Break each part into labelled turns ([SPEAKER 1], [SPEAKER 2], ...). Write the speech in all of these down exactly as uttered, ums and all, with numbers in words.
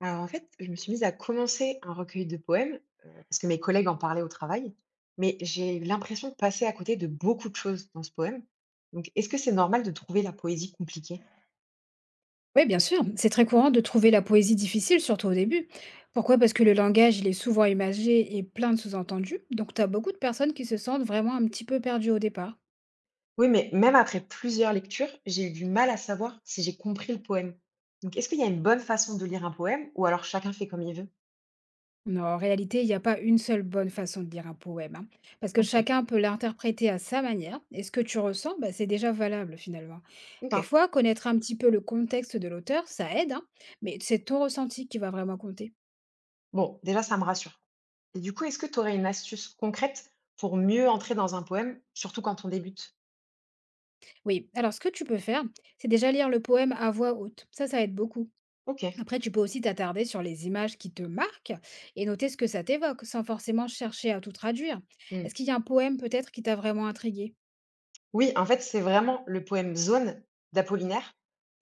[SPEAKER 1] Alors en fait, je me suis mise à commencer un recueil de poèmes, heu, parce que mes collègues en parlaient au travail, mais j'ai eu l'impression de passer à côté de beaucoup de choses dans ce poème. Donc est-ce que c'est normal de trouver la poésie compliquée?
[SPEAKER 2] Oui, bien sûr, c'est très courant de trouver la poésie difficile, surtout au début. Pourquoi? Parce que le langage, il est souvent imagé et plein de sous-entendus, donc tu as beaucoup de personnes qui se sentent vraiment un petit peu perdues au départ.
[SPEAKER 1] Oui, mais même après plusieurs lectures, j'ai eu du mal à savoir si j'ai compris le poème. Donc est-ce qu'il y a une bonne façon de lire un poème ou alors chacun fait comme il veut?
[SPEAKER 2] Mais en réalité, il n'y a pas une seule bonne façon de lire un poème, hein, parce que
[SPEAKER 1] OK,
[SPEAKER 2] chacun peut l'interpréter à sa manière, et ce que tu ressens, bah, c'est déjà valable finalement.
[SPEAKER 1] OK.
[SPEAKER 2] Parfois, connaître un petit peu le contexte de l'auteur, ça aide, hein, mais c'est ton ressenti qui va vraiment compter.
[SPEAKER 1] Bon, déjà ça me rassure. Et du coup, est-ce que tu aurais une astuce concrète pour mieux entrer dans un poème, surtout quand on débute?
[SPEAKER 2] Oui, alors ce que tu peux faire, c'est déjà lire le poème à voix haute, ça, ça aide beaucoup.
[SPEAKER 1] OK.
[SPEAKER 2] Après, tu peux aussi t'attarder sur les images qui te marquent et noter ce que ça t'évoque, sans forcément chercher à tout traduire.
[SPEAKER 1] Mmh.
[SPEAKER 2] Est-ce qu'il y a un poème peut-être qui t'a vraiment intrigué?
[SPEAKER 1] Oui, en fait, c'est vraiment le poème Zone d'Apollinaire.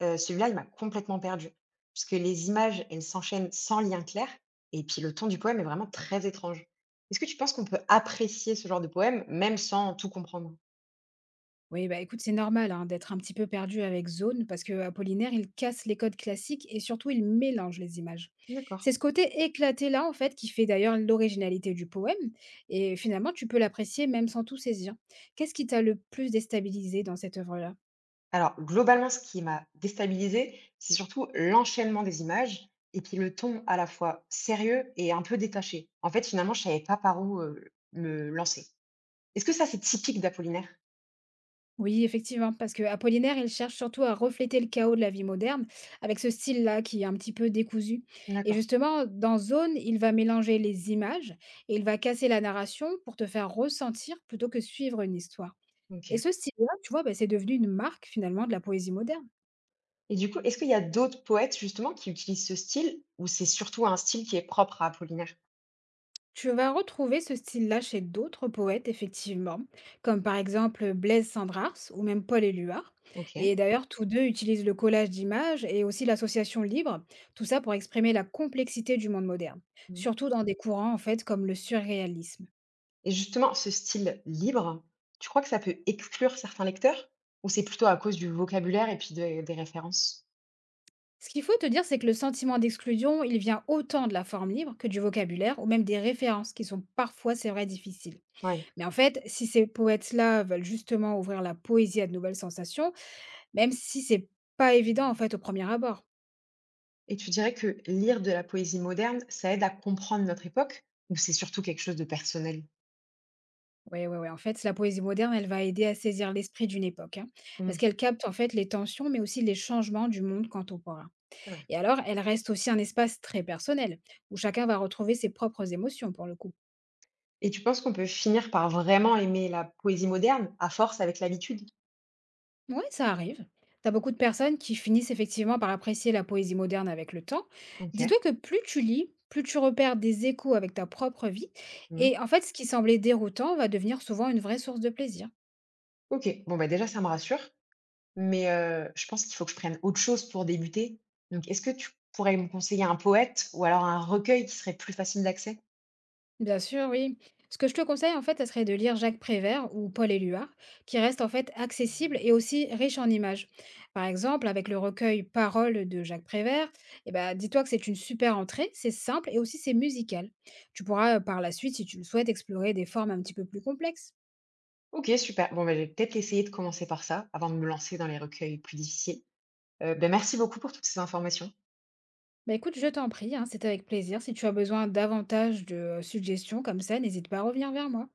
[SPEAKER 1] Heu, celui-là, il m'a complètement perdue, puisque les images, elles s'enchaînent sans lien clair et puis le ton du poème est vraiment très étrange. Est-ce que tu penses qu'on peut apprécier ce genre de poème, même sans tout comprendre?
[SPEAKER 2] Oui, bah écoute, c'est normal hein, d'être un petit peu perdu avec Zone, parce que Apollinaire, il casse les codes classiques et surtout il mélange les images.
[SPEAKER 1] D'accord.
[SPEAKER 2] C'est ce côté éclaté là, en fait, qui fait d'ailleurs l'originalité du poème, et finalement, tu peux l'apprécier même sans tout saisir. Qu'est-ce qui t'a le plus déstabilisé dans cette œuvre-là?
[SPEAKER 1] Alors, globalement, ce qui m'a déstabilisée, c'est surtout l'enchaînement des images et puis le ton à la fois sérieux et un peu détaché. En fait, finalement, je savais pas par où, heu, me lancer. Est-ce que ça, c'est typique d'Apollinaire?
[SPEAKER 2] Oui, effectivement, parce que Apollinaire, il cherche surtout à refléter le chaos de la vie moderne, avec ce style-là qui est un petit peu décousu. Et
[SPEAKER 1] D'accord,
[SPEAKER 2] justement, dans Zone, il va mélanger les images et il va casser la narration pour te faire ressentir plutôt que suivre une histoire. Et
[SPEAKER 1] OK.
[SPEAKER 2] ce style-là, tu vois, bah, c'est devenu une marque finalement de la poésie moderne.
[SPEAKER 1] Et du coup, est-ce qu'il y a d'autres poètes justement qui utilisent ce style ou c'est surtout un style qui est propre à Apollinaire?
[SPEAKER 2] Tu vas retrouver ce style-là chez d'autres poètes, effectivement, comme par exemple Blaise Cendrars ou même Paul Éluard. Et
[SPEAKER 1] OK.
[SPEAKER 2] d'ailleurs, tous deux utilisent le collage d'images et aussi l'association libre, tout ça pour exprimer la complexité du monde moderne,
[SPEAKER 1] Mmh.
[SPEAKER 2] surtout dans des courants en fait comme le surréalisme.
[SPEAKER 1] Et justement, ce style libre, tu crois que ça peut exclure certains lecteurs? Ou c'est plutôt à cause du vocabulaire et puis des des références?
[SPEAKER 2] Ce qu'il faut te dire, c'est que le sentiment d'exclusion, il vient autant de la forme libre que du vocabulaire ou même des références qui sont parfois, c'est vrai, difficiles.
[SPEAKER 1] Oui.
[SPEAKER 2] Mais en fait, si ces poètes-là veulent justement ouvrir la poésie à de nouvelles sensations, même si c'est pas évident, en fait, au premier abord.
[SPEAKER 1] Et tu dirais que lire de la poésie moderne, ça aide à comprendre notre époque ou c'est surtout quelque chose de personnel?
[SPEAKER 2] Oui, oui, oui. En fait, la poésie moderne, elle va aider à saisir l'esprit d'une époque, hein, parce
[SPEAKER 1] Mmh,
[SPEAKER 2] qu'elle capte en fait les tensions, mais aussi les changements du monde contemporain.
[SPEAKER 1] c'est vrai.
[SPEAKER 2] Et alors, elle reste aussi un espace très personnel, où chacun va retrouver ses propres émotions, pour le coup.
[SPEAKER 1] Et tu penses qu'on peut finir par vraiment aimer la poésie moderne à force avec l'habitude?
[SPEAKER 2] Oui, ça arrive. T'as beaucoup de personnes qui finissent effectivement par apprécier la poésie moderne avec le temps.
[SPEAKER 1] OK.
[SPEAKER 2] Dis-toi que plus tu lis, plus tu repères des échos avec ta propre vie,
[SPEAKER 1] Mmh.
[SPEAKER 2] et en fait, ce qui semblait déroutant va devenir souvent une vraie source de plaisir.
[SPEAKER 1] OK. Bon, bah déjà, ça me rassure. Mais, heu, je pense qu'il faut que je prenne autre chose pour débuter. Donc est-ce que tu pourrais me conseiller un poète ou alors un recueil qui serait plus facile d'accès?
[SPEAKER 2] Bien sûr, oui. Ce que je te conseille, en fait, ça serait de lire Jacques Prévert ou Paul Éluard, qui restent en fait accessibles et aussi riches en images. Par exemple, avec le recueil Paroles de Jacques Prévert, eh ben, dis-toi que c'est une super entrée, c'est simple et aussi c'est musical. Tu pourras euh, par la suite, si tu le souhaites, explorer des formes un petit peu plus complexes.
[SPEAKER 1] OK, super. Bon, bah, je vais peut-être essayer de commencer par ça, avant de me lancer dans les recueils plus difficiles. Heu, bah, merci beaucoup pour toutes ces informations.
[SPEAKER 2] Bah écoute, je t'en prie, hein, c'était avec plaisir. Si tu as besoin davantage de euh, suggestions comme ça, n'hésite pas à revenir vers moi.